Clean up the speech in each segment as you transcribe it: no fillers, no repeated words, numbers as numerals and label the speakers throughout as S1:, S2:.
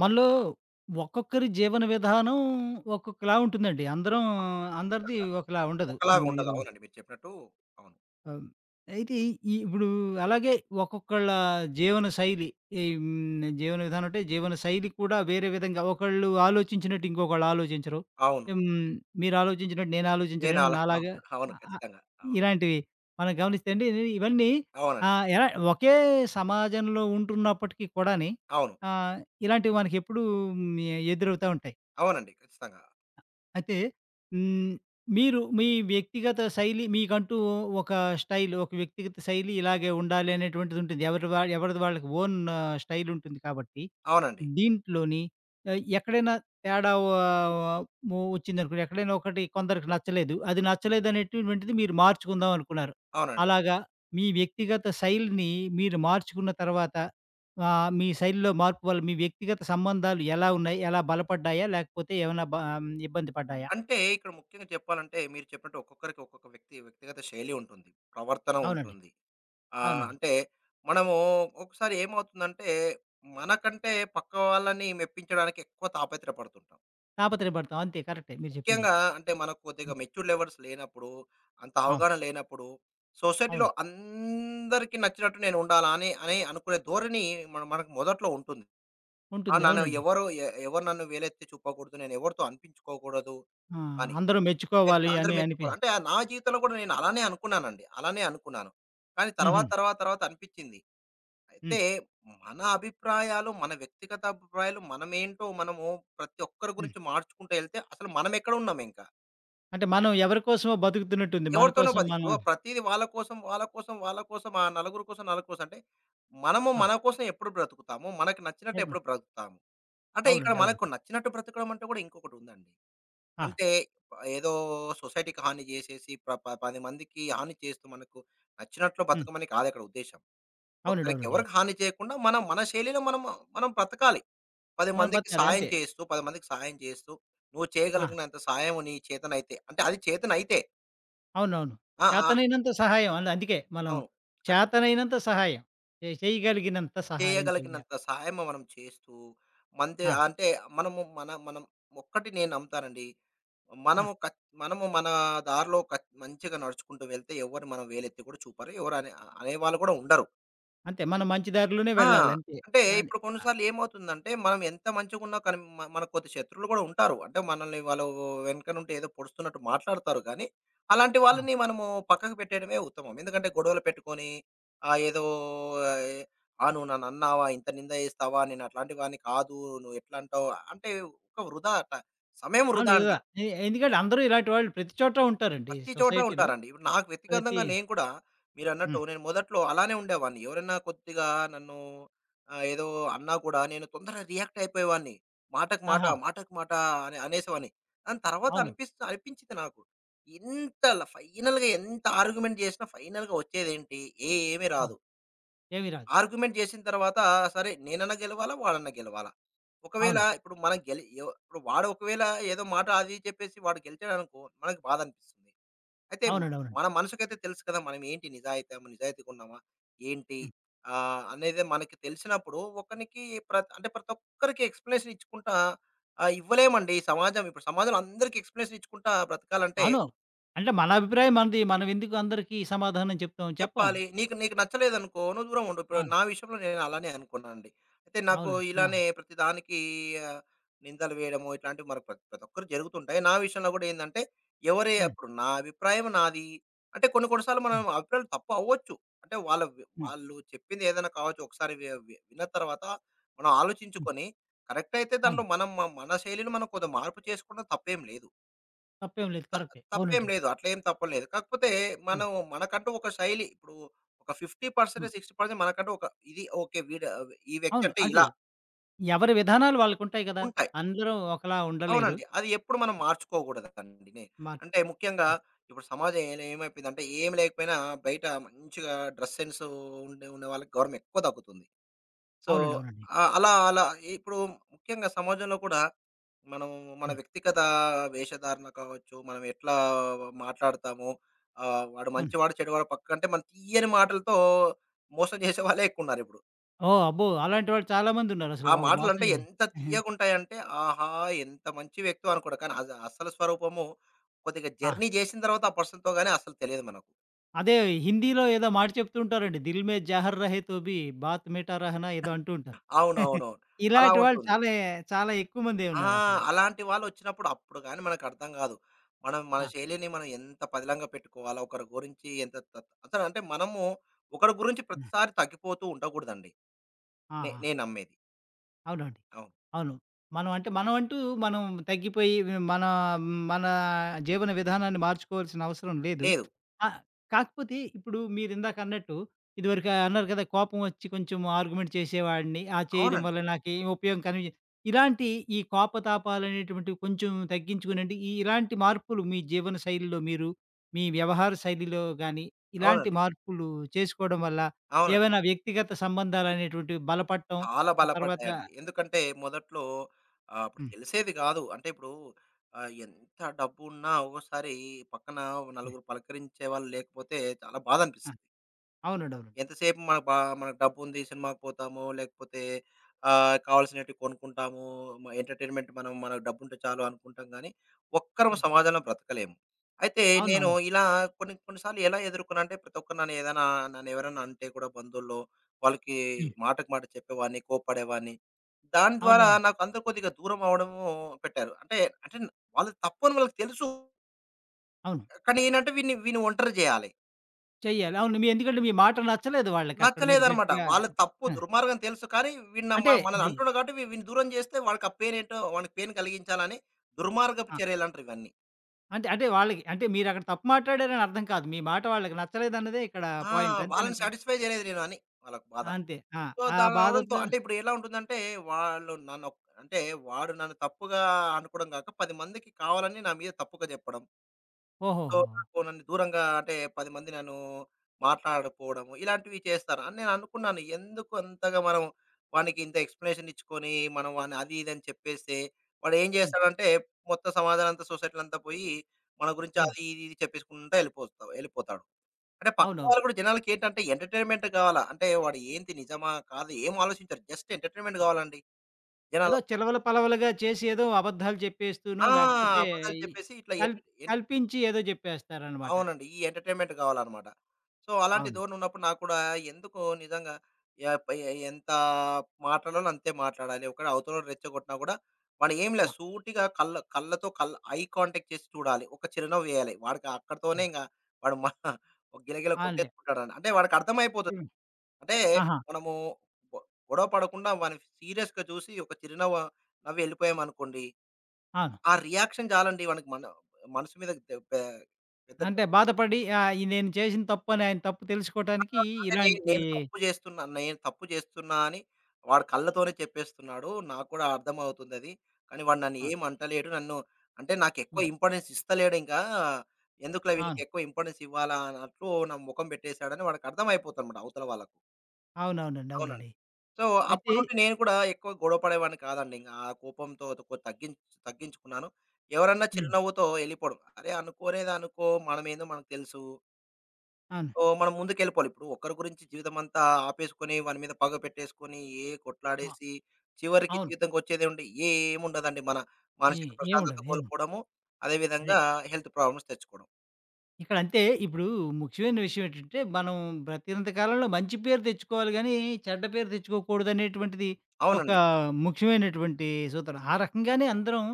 S1: మనలో ఒక్కొక్కరి జీవన విధానం ఒక్కొక్కలా ఉంటుందండి. అందరం అందరిది
S2: ఖచ్చితంగా.
S1: ఒకలా ఉండదు.
S2: ఒకలాగా ఉండదు.
S1: మీరు
S2: అవునండి. మీరు చెప్పినట్టు అవును.
S1: అవును. అయితే ఈ ఈ- ఇప్పుడు అలాగే ఒక్కొక్కళ్ళ జీవన శైలి ఈ జీవన విధానం అంటే జీవన శైలి కూడా వేరే విధంగా ఒకళ్ళు ఆలోచించినట్టు ఇంకొకళ్ళు ఆలోచించరు.
S2: అవును.
S1: హ్మ్, మీరు ఆలోచించినట్టు నేను
S2: నేను
S1: ఆలోచించలేను.
S2: అలా అవును.
S1: నాలాగా
S2: అవును.
S1: ఆహ్, ఆహ్,
S2: ఖచ్చితంగా. అవును.
S1: ఇలాంటివి మనం గమనిస్తే అండి ఇవన్నీ
S2: అవునండి.
S1: ఎలా ఒకే సమాజంలో ఉంటున్నప్పటికీ కూడాని
S2: అవును.
S1: ఆహ్, ఇలాంటివి మనకెప్పుడూ ఎదురవుతా ఉంటాయి.
S2: అవునండి. ఖచ్చితంగా.
S1: అయితే హ్మ్. మీరు మీ వ్యక్తిగత శైలి మీకంటూ ఒక స్టైల్, ఒక వ్యక్తిగత శైలి ఇలాగే ఉండాలి అనేటువంటిది ఉంటుంది. ఎవరిది వాళ్ళకి ఓన్ స్టైల్ ఉంటుంది కాబట్టి,
S2: అవునండి.
S1: దీంట్లోని ఎక్కడైనా తేడా వ వ వచ్చిందనుకోండి, ఎక్కడైనా ఒకటి కొందరికి నచ్చలేదు. అది నచ్చలేదనేటువంటిది మీరు మార్చుకుందాం అనుకున్నారు.
S2: అవునండి.
S1: అలాగా మీ వ్యక్తిగత శైలిని మీరు మార్చుకున్న తర్వాత మీ శైలిలో మార్పు వల్ల మీ వ్యక్తిగత సంబంధాలు ఎలా ఉన్నాయి? ఎలా బలపడ్డాయా? లేకపోతే ఏమైనా ఇబ్బంది పడ్డాయా?
S2: అంటే ఇక్కడ ముఖ్యంగా చెప్పాలంటే మీరు చెప్పినట్టు ఒక్కొక్కరికి ఒక్కొక్క వ్యక్తి వ్యక్తిగత శైలి ఉంటుంది. ప్రవర్తన
S1: అవునండి.
S2: ఉంటుంది.
S1: అవునండి.
S2: అంటే మనము ఒకసారి ఏమవుతుందంటే మనకంటే పక్క వాళ్ళని మెప్పించడానికి ఎక్కువ తాపత్రయపడుతుంటాం.
S1: తాపత్రయపడతాం అంతే కరెక్టే మీరు చెప్పింది.
S2: ముఖ్యంగా అంటే మనకు కొద్దిగా
S1: హ్మ్.
S2: మెచ్యూర్డ్ లెవెల్స్ లేనప్పుడు, అంత
S1: ఆ!
S2: అవగాహన లేనప్పుడు, సొసైటీలో
S1: అవును.
S2: అందరికి నచ్చినట్టు నేను ఉండాలా అని అని అనుకునే ధోరణి మనకు మొదట్లో ఉంటుంది. ఆ!
S1: ఉంటుంది.
S2: నన్ను
S1: అవునండి.
S2: ఎవరు నన్ను వేలెత్తి చూపకూడదు. నేను ఎవరితో అనిపించుకోకూడదు
S1: ఆ!
S2: అని.
S1: అందరూ మెచ్చుకోవాలి
S2: అందరూ
S1: అని అనిపి
S2: మెచ్చుకోవాలి. అంటే ఆ, నా జీవితంలో కూడా నేను అలానే అనుకున్నానండి. అలానే అనుకున్నాను. కానీ
S1: హుహు.
S2: తర్వాత, తర్వాత, తర్వాత అనిపించింది. అయితే
S1: హ్మ్.
S2: మన అభిప్రాయాలు, మన వ్యక్తిగత అభిప్రాయాలు మనమేంటో మనము ప్రతి ఒక్కరి
S1: హ్మ్.
S2: గురించి మార్చుకుంటూ ఎళ్తే అసలు మనమెక్కడ ఉన్నామింక.
S1: అంటే మనం ఎవరి కోసమో బతుకుతున్నట్టుంది. మన
S2: ఎవరితోనో
S1: కోసం
S2: పది.
S1: మనం
S2: ఇప్పుడు ప్రతీది వాళ్ళ కోసం, వాళ్ళ కోసం, వాళ్ళ కోసం ఆ నలుగురు కోసం, నలుగురు కోసం అంటే మనము
S1: ఆ!
S2: మన కోసం ఎప్పుడు బ్రతుకుతాము? మనకు నచ్చినట్టు
S1: ఎప్పుడు
S2: ఎప్పుడు బ్రతుకుతాము? అంటే ఇక్కడ
S1: అవునండి.
S2: మనకు
S1: అవునండి.
S2: నచ్చినట్టు బ్రతకడం అంటే కూడా ఇంకొకటుందండి.
S1: ఆ!
S2: అంటే ఏదో సొసైటీకి హాని చేసేసి ప్ర ప 10 మందికి హాని చేస్తూ మనకు నచ్చినట్లు
S1: హ్మ్.
S2: బ్రతకమని కాదు ఇక్కడ ఉద్దేశ్యం.
S1: అవునండి.
S2: ఒకరికి
S1: అవునండి.
S2: ఎవరికి హాని చేయకుండా మనం మన శైలిలో మనం మనం బ్రతకాలి. 10
S1: మనం
S2: మందికి
S1: బతకాలి
S2: సాయం
S1: అంతే.
S2: చేస్తూ, 10 మందికి సాయం చేస్తూ, నువ్వు
S1: ఆ!
S2: చేయగలిగినంత సాయం నీ చేతనైతే అంటే అది చేతనైతే.
S1: అవునవును.
S2: ఆ! ఆ!
S1: చేతనైనంత సహాయం అందు అందుకే మనం
S2: అవును. అన్
S1: చేతనైనంత సహాయం. చేయగలిగినంత సహాయం చేయాలి.
S2: చేయగలిగినంత సహాయం మనం చేస్తూ, మంతే
S1: ఆ!
S2: అంటే మనము మన మనం ఒక్కటి నేను నమ్ముతానండి.
S1: ఆ!
S2: మనము కచ్ మన దారిలో మంచిగా నడుచుకుంటూ వెళ్తే ఎవ్వరు మనం వేలెత్తి కూడా చూపరు. ఎవరు అనేవాళ్ళు కూడా ఉండరు.
S1: అంతే. మనం మంచి దారిలోనే
S2: ఆ!
S1: వెళ్ళాలి అంతే.
S2: అంటే
S1: అది.
S2: ఇప్పుడు
S1: ఆ!
S2: కొన్నిసార్లు ఏమవుతుందంటే, మనం ఎంత మంచిగున్నా కానీ మనకు కొద్ది శత్రువులు కూడా ఉంటారు. అంటే మనల్ని వాళ్ళు వెనక నుండి ఏదో పొడుస్తున్నట్టు మాట్లాడతారు కానీ, అలాంటి వాళ్ళని మనము పక్కకు పెట్టేయడమే ఉత్తమం. ఎందుకంటే గొడవలు పెట్టుకొని ఏదో ఎ "ఆ! నువ్వు నన్నన్నావా? ఇంత నింద చేస్తావా? నేను అట్లాంటి వాడిని కాదు. నువ్వు ఎట్లా అంటావు?" అంటే ఒక వృధా ట సమయం
S1: అవును.
S2: వృధా
S1: ఇదా
S2: అండి.
S1: ఎందుకంటే అందరూ ఇలాంటి వాళ్ళు ప్రతి చోట ఉంటారండి
S2: ప్రతి చోట
S1: సొసైటీలో.
S2: ఉంటారండి. ఇప్పుడు నాకు
S1: ప్రతి
S2: వ్యక్తిగతంగా నేను కూడా మీరన్నట్టు
S1: హ్మ్.
S2: నేను మొదట్లో అలానే ఉండేవాడిని. ఎవరైనా కొద్దిగా నన్ను ఏదో అన్నా కూడా నేను తొందరగా రియాక్ట్ అయిపోయేవాడిని. మాటకు మాట,
S1: ఆహా!
S2: మాటకు మాట అని అనేసేవాడిని. దాని తర్వాత
S1: అవును.
S2: అనిపించింది నాకు. ఇంత ల ఫైనల్‌గా ఎంత ఆర్గ్యుమెంట్ చేసినా ఫైనల్‌గా వచ్చేదేంటి? ఏమీ
S1: ఆ!
S2: రాదు.
S1: ఏమి రాదు.
S2: ఆర్గ్యుమెంట్ చేసిన తర్వాత సరే నేనన్నా గెలవాలా? వాడన్నా గెలవాలా? ఒకవేళ
S1: అవును.
S2: ఇప్పుడు మనం గెలి ఎవ ఇప్పుడు వాడు ఒకవేళ ఏదో మాట అది ఇది చెప్పేసి వాడు గెలిచాడనుకో మనకు బాధ అనిపిస్తుంది. అయితే
S1: అవునండి. అవునండి.
S2: మన మనసుకైతే తెలుసు కదా! మనం ఏంటి నిజాయితీగా ఉన్నామా? ఏంటి?
S1: హ్మ్.
S2: అనేది మనకి తెలిసినప్పుడు ఒకనికి ప్రతి అంటే ప్రతి ఒక్కరికి ఎక్స్‌ప్లనేషన్ ఇచ్చుకుంటా ఇవ్వలేమండి. ఈ సమాజం ఇప్పుడు సమాజంలో అందరికి ఎక్స్‌ప్లనేషన్ ఇచ్చుకుంటా బ్రతకాలంటే
S1: అవును. అంటే మన అభిప్రాయం మనది. మనం ఎందుకు అందరికీ సమాధానం చెప్తాం? చెప్పం.
S2: చెప్పాలి. నీకు నీకు నచ్చలేదనుకో నువ్వు దూరం ఉండు. ఇప్పుడు
S1: అవును.
S2: నా విషయంలో నేను అలానే అనుకున్నానండి. అయితే నాకు
S1: అవునండి. ఆ!
S2: ఇలానే ప్రతిదానికి ఆహ్, నిందలు వేయడము ఇట్లాంటివి మనకు ప్రతి ప్రతి ఒక్కరు జరుగుతుంటాయి. నా విషయంలో గూడా ఏందంటే ఎవరే
S1: హ్మ్.
S2: అప్పుడు నా అభిప్రాయం నాది. అంటే కొన్ని కొన్ని సార్లు మనం
S1: హ్మ్.
S2: అభిప్రాయాలు తప్పు అవ్వచ్చు. అంటే వాళ్ళ వి
S1: ఆ!
S2: వాళ్ళు చెప్పింది ఏదైనా కావచ్చు. ఒకసారి వి వి విన్న తర్వాత మనం
S1: హ్మ్.
S2: ఆలోచించుకొని కరెక్ట్ అయితే
S1: అవును.
S2: దాంట్లో మనం మన శైలిలో మనం కొంత మార్పు చేసుకోవడం తప్పేం లేదు.
S1: తప్పేం లేదు.
S2: త
S1: కరెక్టే.
S2: తప్పేం
S1: అవునండి.
S2: లేదు. అట్లేం తప్పలేదు. కాకపోతే
S1: హ్మ్.
S2: మనం మనకంటూ ఒక శైలి ఇప్పుడు ఒక 50%
S1: హ్మ్.
S2: 60% మనకంటూ ఒక ఇది ఓకే. వీడు ఈ వ్యక్తి
S1: అవును.
S2: అంటే
S1: అంటే
S2: ఇలా
S1: ఎవరి విధానాలు వాళ్ళకుంటాయి కదా!
S2: ఉంటాయి.
S1: అందరూ ఒకలా ఉండలేరు.
S2: అవునండి. అది ఎప్పుడు మనం మార్చుకోకూడదండి. అంటే
S1: మార్చుకో
S2: ముఖ్యంగా
S1: హ్మ్.
S2: ఇప్పుడు సమాజం ఏమైపోయిందంటే ఏం లేకపోయినా బయట మంచిగా డ్రెస్ సెన్స్ ఉన్న వాళ్ళకి గౌరవం ఎక్కువ దక్కుతుంది. సో,
S1: అవునండి. అవునండి.
S2: అలా అలా ఇప్పుడు ముఖ్యంగా సమాజంలో కూడా మనం మన
S1: హ్మ్.
S2: వ్యక్తిగత వేషధారణ కావచ్చు, మనం ఎట్లా మాట్లాడతాము, వాడు
S1: అవును.
S2: మంచివాడు, చెడువాడు పక్కంటే మన తీయని మాటలతో మోసం చేసే వాళ్ళే ఎక్కువున్నారిప్పుడు.
S1: ఓహ్! అబ్బో! అలాంటి వాళ్ళు చాలా మందున్నారసలు.
S2: ఆ
S1: మోసం
S2: మాటలంటే
S1: చే
S2: ఎంత
S1: ఆహా!
S2: తీయగుంటాయంటే, ఆహా! ఎంత మంచి వ్యక్తో అనుకోవడం. కానీ అది అసలు స్వరూపము కొద్దిగా
S1: ఆ!
S2: జర్నీ చేసిన తర్వాత ఆ పర్సన్‌తో గాని అసలు తెలియదు మనకు.
S1: అదే హిందీలో ఏదో మాట చెప్తూ ఉంటారండి. 'దిల్ మే జహర్ రహే తో భీ బాత్ మిఠా రహనా' ఏదో అంటూ ఉంటారు.
S2: అవునవునవును. అలా
S1: ఇలాంటి వాళ్ళు
S2: ఉంటుంది.
S1: చాలా చాలా ఎక్కువ మందే
S2: ఆ!
S1: ఉన్నారసలు.
S2: అలాంటి వాళ్ళొచ్చినప్పుడు అప్పుడు గాని మనకర్థం గాదు. మనం మన
S1: ఆ!
S2: శైలిని మనం ఎంత పదిలంగా పెట్టుకోవాలా, ఒకరి గురించి ఎంత అసలు అంటే మనము ఒకరి గురించి ప్రతిసారి తగ్గిపోతూ ఉండకూడదండి.
S1: ఆ!
S2: నే
S1: ఆ!
S2: నేను నమ్మేది.
S1: అవునండి.
S2: అవును.
S1: అవును. మనం అంటే మనం అంటూ మనం తగ్గిపోయి మన మన జీవన విధానాన్ని మార్చుకోవాల్సిన అవసరం లేదు.
S2: లేదు.
S1: ఆహ్, కాకపోతే ఇప్పుడు మీరిందాక అన్నట్టు ఇదివరకు అన్నారు కదా! కోపం వచ్చి కొంచెం ఆర్గ్యుమెంట్ చేసేవాడిని. ఆ చేయడం
S2: అవునండి.
S1: వల్ల నాకేం ఉపయోగం కనిపి ఇలాంటి ఈ కోపతాపాలనేటువంటివి కొంచెం తగ్గించుకునండి. ఈ ఇలాంటి మార్పులు మీ జీవన శైలిలో మీరు మీ వ్యవహార శైలిలో గాని ఇలాంటి
S2: అవునండి.
S1: మార్పులు చేసుకోవడం వల్ల
S2: అవునండి.
S1: ఏవైనా వ్యక్తిగత సంబంధాలనేటువంటివి బలపడటం
S2: చాలా
S1: తర్వాత
S2: బలపడ్డాయండి. ఎందుకంటే మొదట్లో అప్పుడు
S1: హ్మ్.
S2: తెలిసేది గాదు. అంటే ఇప్పుడు ఎంత డబ్బున్నా ఒక్కోసారి పక్కన
S1: హ్మ్.
S2: నలుగురు పలకరించే వాళ్ళు లేకపోతే చాలా
S1: ఆ!
S2: బాధనిపిస్తది.
S1: అవునండి. అవునండి.
S2: ఎంతసేపు మనకు మనకు డబ్బుంది సినిమాకి పోతాము, లేకపోతే కావాల్సినటివి కొనుక్కుంటాము. ఎంటర్‌టైన్‌మెంట్ మనం మనకు డబ్బుంటే చాలు అనుకుంటాం గానీ, ఒక్కరం
S1: హ్మ్.
S2: సమాజంలో బ్రతకలేము. అయితే నేను
S1: అవునవును.
S2: ఇలా కొన్ని కొన్ని సార్లు ఎలా ఎదుర్కొనంటే, ప్రతి ఒక్కరు నన్ను ఏదైనా నన్నెవరన్నా అంటే కూడా బంధువుల్లో, వాళ్ళకి
S1: హ్మ్.
S2: మాటకు మాట చెప్పేవాడిని, కోప్పడేవాడిని. దాని ద్వారా
S1: అవునవును.
S2: నాకు అందరూ కొద్దిగా దూరం అవ్వడము పెట్టారు. అంటే అంటే వాళ్ళు తప్పు అని వాళ్ళకి తెలుసు.
S1: అవును.
S2: కానీ ఏంటంటే వీడిని వీడిని ఒంటరి జేయాలి.
S1: చెయ్యాలి. అవును. మీ ఎందుకంటే మీ మాట నచ్చలేదు వాళ్ళకక్కడ మీరు
S2: నచ్చలేదనమాట.
S1: గట్టిగా
S2: వాళ్ళ తప్పు
S1: ఆ!
S2: దుర్మార్గం తెలుసు కానీ వీడు
S1: అంటే
S2: మనల్ని
S1: ది
S2: అంటున్నాడు కాబట్టి వీడిని దూరం చేస్తే వాడికి ఆ పెయిన్ ఏంటో వాడికి పెయిన్ కలిగించాలని దుర్మార్గపు
S1: ఆ!
S2: చర్యలంటారు ఇవన్నీ.
S1: అంటే అంటే వాళ్ళకి అంటే మీరక్కడ తప్పు మాట్లాడారని అర్థం కాదు. మీ మాట వాళ్ళకి నచ్చలేదన్నదే ఇక్కడ
S2: ఆ!
S1: పాయింట్
S2: వాళ్ళని
S1: అంతేనంటారా?
S2: సాటిస్ఫై చేయలేదు నేను అని వాళ్ళకి బాధ.
S1: అంతే. ఆ!
S2: సో,
S1: ఆ
S2: దాని అవడంతో
S1: బాధతో
S2: అంటే ఇప్పుడు ఎలా ఉంటుందంటే వాళ్ళు నన్ను అంటే వాడు నన్ను తప్పుగా అనుకోవడం కాక 10 మందికి కావాలని నా మీద తప్పుగా చెప్పడం. సో,
S1: ఓహోహో!
S2: నాకు నన్ను దూరంగా అంటే 10 మంది నన్ను మాట్లాడకపోవడము, ఇలాంటివి చేస్తారు. అని నేను అనుకున్నాను. ఎందుకు అంతగా మనం వానికి ఇంత ఎక్స్‌ప్లనేషన్ ఇచ్చుకొని, మనం వాడిని అది ఇది అని చెప్పేస్తే, వాడు ఏం
S1: హ్మ్.
S2: చేస్తాడంటే మొత్తం సమాజాలు అంతా సొసైటీలో అంతా పోయి, మన గురించి
S1: హ్మ్.
S2: అది ఇది ఇది చెప్పేసుకుంటా వెళ్ళిపోతాడు. అంటే పక్క
S1: అవునవును.
S2: వాళ్ళు కూడా జనాలకి ఏంటంటే ఎంటర్‌టైన్‌మెంట్ కావాలా? అంటే వాడు ఏంది నిజమా? కాదా? ఏం ఆలోచించరు. జస్ట్ ఎంటర్‌టైన్‌మెంట్ కావాలండి
S1: ఏదో
S2: జనాలకు.
S1: చిలవల పలవలుగా చేసి ఏదో అబద్ధాలు చెప్పేస్తూనో
S2: ఆ!
S1: లేకపోతే
S2: అబద్ధాలు
S1: ఈ
S2: చెప్పేసి ఇట్లా
S1: కల్ కల్పించి ఏదో చెప్పేస్తారనమాట.
S2: అవునండి. ఈ ఎంటర్‌టైన్‌మెంట్ కావాలనమాట. సో, అలాంటి
S1: అవును.
S2: ధోరణి ఉన్నప్పుడు నాకు కూడా ఎందుకో నిజంగా యాహ్! పై ఎంత మాట్లాడాలో అంతే మాట్లాడాలి. ఒకవేళ అవతలోడు రెచ్చగొట్టినా కూడా వాడు ఏం లేదు
S1: ఆ!
S2: సూటిగా కళ్ళ కళ్ళతో కళ్ళ ఐ కాంటాక్ట్ చేసి చూడాలి. ఒక చిరునవ్వు వేయాలి. వాడికి అక్కడితోనే
S1: ఆ!
S2: వాడు గిలగిల
S1: అంతే.
S2: కొట్టేసుకుంటాడని. అంటే వాడికి అర్థమైపోతది.
S1: హ్మ్.
S2: అంటే
S1: ఆహా!
S2: మనము గొ గొడవ పడకుండా వాడిని సీరియస్‌గా చూసి ఒక చిరునవ్వు నవ్వి ఎళ్ళిపోయామనుకోండి.
S1: అవును.
S2: ఆ రియాక్షన్ చాలండి వానికి మన మనసు మీద దెబ్బ పెద్ద
S1: అంటే
S2: దెబ్బ
S1: బాధపడి ఈ నేను చేసిన తప్పని ఆయన తప్పు తెలుసుకోవటానికి
S2: అంటే నేను
S1: ఇలాంటి
S2: నేను తప్పు చేస్తున్నా, నేను తప్పు చేస్తున్నా అని వాడు కళ్ళతోనే చెప్పేస్తున్నాడు. నాకు కూడా అర్థమవుతుందది. కానీ వాడు నన్ను
S1: అవును.
S2: ఏం అంటలేడు. నన్ను అంటే నాకెక్కువ
S1: హ్మ్.
S2: ఇంపార్టెన్స్ ఇస్తలేడింకా. ఎందుకులే వీళ్ళకి
S1: అవును.
S2: ఎక్కువ ఇంపార్టెన్స్ ఇవ్వాలా అన్నట్లు నా మొఖం పెట్టేసాడని వాడికి అర్థమైపోతదన్నమాట అవతల వాళ్ళకు.
S1: అవునవునండి.
S2: అవునండి.
S1: అవునండి.
S2: సో, అప్పటి
S1: అయితే
S2: నుండి నేను కూడా ఎక్కువ గొడవ పడేవాడిని కాదండి. ఇంక ఆ కోపంతో కొ తగ్గించ్ తగ్గించుకున్నాను. ఎవరన్నా
S1: హ్మ్.
S2: చిరునవ్వుతో ఎళ్ళిపోవడం. అరే! అనుకోనేది అనుకో మనమేందో మనకు తెలుసు.
S1: అవును.
S2: ఓహ్! మనం ముందుకెళ్ళిపోవాలి. ఇప్పుడు ఒకరి గురించి జీవితమంతా ఆపేసుకొని, వాని మీద పగ పెట్టేసుకొని, ఏ
S1: ఆ!
S2: కొట్లాడేసి, చివరికి
S1: అవును.
S2: జీవితంకొచ్చేదేముండి ఏముండదండి. మన
S1: ఏ
S2: మానసిక ప్రశాంతత
S1: ఏముండదు. ఏముండదు.
S2: కోల్పోవడము, అదే
S1: అదే.
S2: విధంగా హెల్త్ ప్రాబ్లమ్స్ తెచ్చుకోవడం.
S1: ఇక్కడ అంతే ఇప్పుడు ముఖ్యమైన విషయం ఏంటంటే, మనం బ్రతికినంత కాలంలో మంచి పేరు తెచ్చుకోవాలి గానీ, చెడ్డ పేరు తెచ్చుకోకూడదనేటువంటిది ఒక
S2: అవునండి.
S1: ముఖ్యమైనటువంటి సూత్రం. ఆ రకంగానే అందరం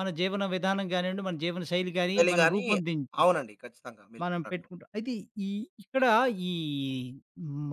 S1: మన జీవన విధానం గానివ్వండి, మన జీవన శైలి గాని మనం
S2: గాని
S1: రూపొందిం
S2: అవునండి. ఖచ్చితంగా మీరు
S1: మనం
S2: చెప్పినట్లు.
S1: పెట్టుకుంటాం. అయితే ఈ ఇక్కడ ఈ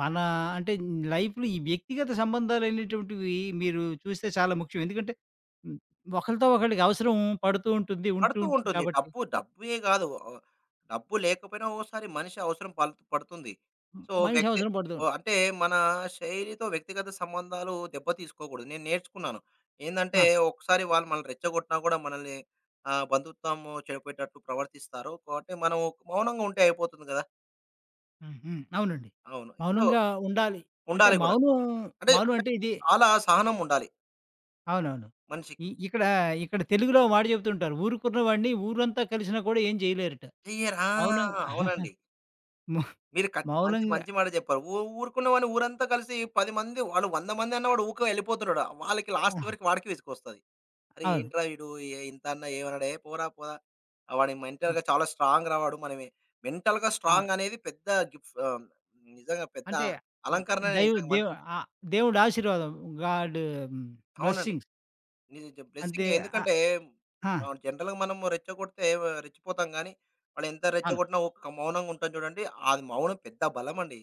S1: మన అంటే లైఫ్‌లో ఈ వ్యక్తిగత సంబంధాలనేటువంటివి మీరు చూస్తే చాలా ముఖ్యం. ఎందుకంటే హ్మ్. ఒకళ్ళతో ఒకళ్ళకి అవసరం పడుతూ ఉంటుంది, ఉంటూ
S2: పడుతూ
S1: ఉంటుంది
S2: ఉంటుంది.
S1: కాబట్టి
S2: డబ్బు డబ్బే గాదు. డబ్బు లేకపోయినా ఒక్కోసారి మనిషి అవసరం పడుతుంది.
S1: మ-
S2: సో,
S1: మనిషి అవసరం పడుతూ ఉం-
S2: అంటే మన శైలితో వ్యక్తిగత సంబంధాలు దెబ్బ తీసుకోకూడదు. నేను నేర్చుకున్నాను. ఏందంటే
S1: ఆ!
S2: ఒకసారి వాళ్ళు మనల్ని రెచ్చగొట్టినా గూడా మనల్ని బంధుత్వము చెడిపోయేటట్టు ప్రవర్తిస్తారు. కాబట్టి మనం మౌనంగా ఉంటే అయిపోతుంది గదా!
S1: హ్మ్. హ్మ్. అవునండి.
S2: అవును. సో,
S1: మౌనంగా ఉండాలి. అంటే
S2: ఉండాలి గూడా.
S1: మౌనం,
S2: అంటే
S1: మౌనం
S2: అంటే
S1: అంటే ఇది
S2: చాలా సహనం ఉండాలి
S1: అవునవును.
S2: మనిషికి.
S1: ఇక్కడ ఇక్కడ తెలుగులో ఓ మాట చెప్తుంటారు. ఊరుకున్న వాడిని ఊరంతా కలిసినా కూడా ఏం చేయలేరట.
S2: చెయ్యరా!
S1: మౌనంగా
S2: ఆ! అవునండి.
S1: మౌ
S2: మీరు మంచి
S1: మౌనంగా
S2: మంచి మాట చెప్పారు. ఊరుకున్నవాడిని ఊరంతా కలిసి 10 మంది వాళ్ళు 100 మంది అన్నవాడు ఊకే వెళ్ళిపోతున్నాడు. వాళ్ళకి లాస్ట్
S1: ఆ!
S2: వరకు వాడికే విసుగొస్తది. అరే!
S1: అవును.
S2: ఏంట్రా వీడు ఇంత అన్నా ఏమనడు. పోరా పోరా ఆ వాడి
S1: ఆ!
S2: మెంటల్‌గా చాలా స్ట్రాంగ్ రా వాడు. మనమే మెంటల్‌గా
S1: ఆ!
S2: స్ట్రాంగ్ అనేది పెద్ద గిఫ్ ఆహ్, నిజంగా పెద్ద
S1: అంటే హ్మ్.
S2: అలంకరణనే
S1: దైవ
S2: నిజంగా
S1: దేవు
S2: మనిషికి.
S1: ఆహ్, దేవుడి ఆశీర్వాదం. గాడ్ హ్మ్.
S2: అవునండి.
S1: బ్లెస్సింగ్స్ అంతే
S2: బ్లెస్సింగే.
S1: ఆహ్,
S2: ఎందుకంటే
S1: ఆ!
S2: జనరల్‌గా మనం రెచ్చగొడితే రెచ్చిపోతాం గానీ, వాళ్ళు ఎంత
S1: అవును.
S2: రెచ్చగొట్టినా ఒక మౌనంగా ఉంటాం చూడండి. అది మౌనం పెద్ద బలమండి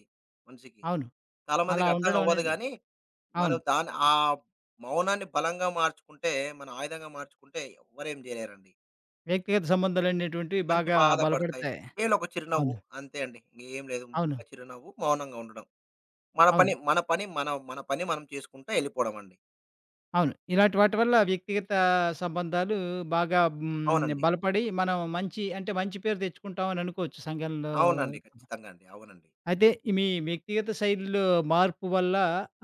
S2: మనిషికి.
S1: అవును.
S2: చాలా
S1: అలా
S2: మందికి అర్థం
S1: ఉండడం
S2: అవ్వదు
S1: అనేది
S2: గానీ మనం
S1: అవును.
S2: దాన్ని ఆ
S1: ఆహ్,
S2: మౌనాన్ని బలంగా మార్చుకుంటే, మన ఆయుధంగా మార్చుకుంటే ఎవ్వరేం చేయలేరండి.
S1: వ్యక్తిగత సంబంధాలనేటువంటివి
S2: మంచి
S1: బాగా
S2: బాధపడతాయి.
S1: బలపడతాయి.
S2: కేవలం ఒక చిరునవ్వు
S1: అవును.
S2: అంతే అండి. ఇంకేం లేదు.
S1: అవును.
S2: ముఖ్యంగా చిరునవ్వు, మౌనంగా ఉండడం.
S1: అవును.
S2: మన పని మనం చేసుకుంటా ఎళ్ళిపోవడం అండి.
S1: అవును. ఇలాంటి వాటి వల్ల వ్యక్తిగత సంబంధాలు బాగా హ్మ్.
S2: అవునండి.
S1: బలపడి మనం మంచి అంటే మంచి పేరు తెచ్చుకుంటాం అని అనుకోవచ్చు సంఘంలో
S2: అవునండి. ఖచ్చితంగా అండి. అవునండి.
S1: అయితే ఈ మీ వ్యక్తిగత శైలిలో మార్పు వల్ల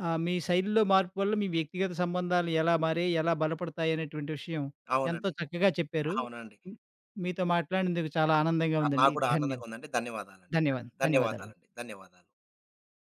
S1: మీ శైలిలో మార్పు వల్ల మీ వ్యక్తిగత సంబంధాలు ఎలా మారాయి? ఎలా బలపడతాయి అనేటువంటి విషయం ఎంతో
S2: అవునండి.
S1: చక్కగా చెప్పారు.
S2: అవునండి.
S1: హ్మ్. మీతో మాట్లాడినందుకు చాలా ఆనందంగా
S2: ఆ, నాకు
S1: ఉందండి.
S2: కూడా
S1: ధన్యం
S2: ఆనందంగా ఉందండి. ధన్యవాదాలండి.
S1: ధన్యవాదాలు ధన్యవాదాలండి.
S2: ధన్యవాదాలండి. ధన్యవాదాలు.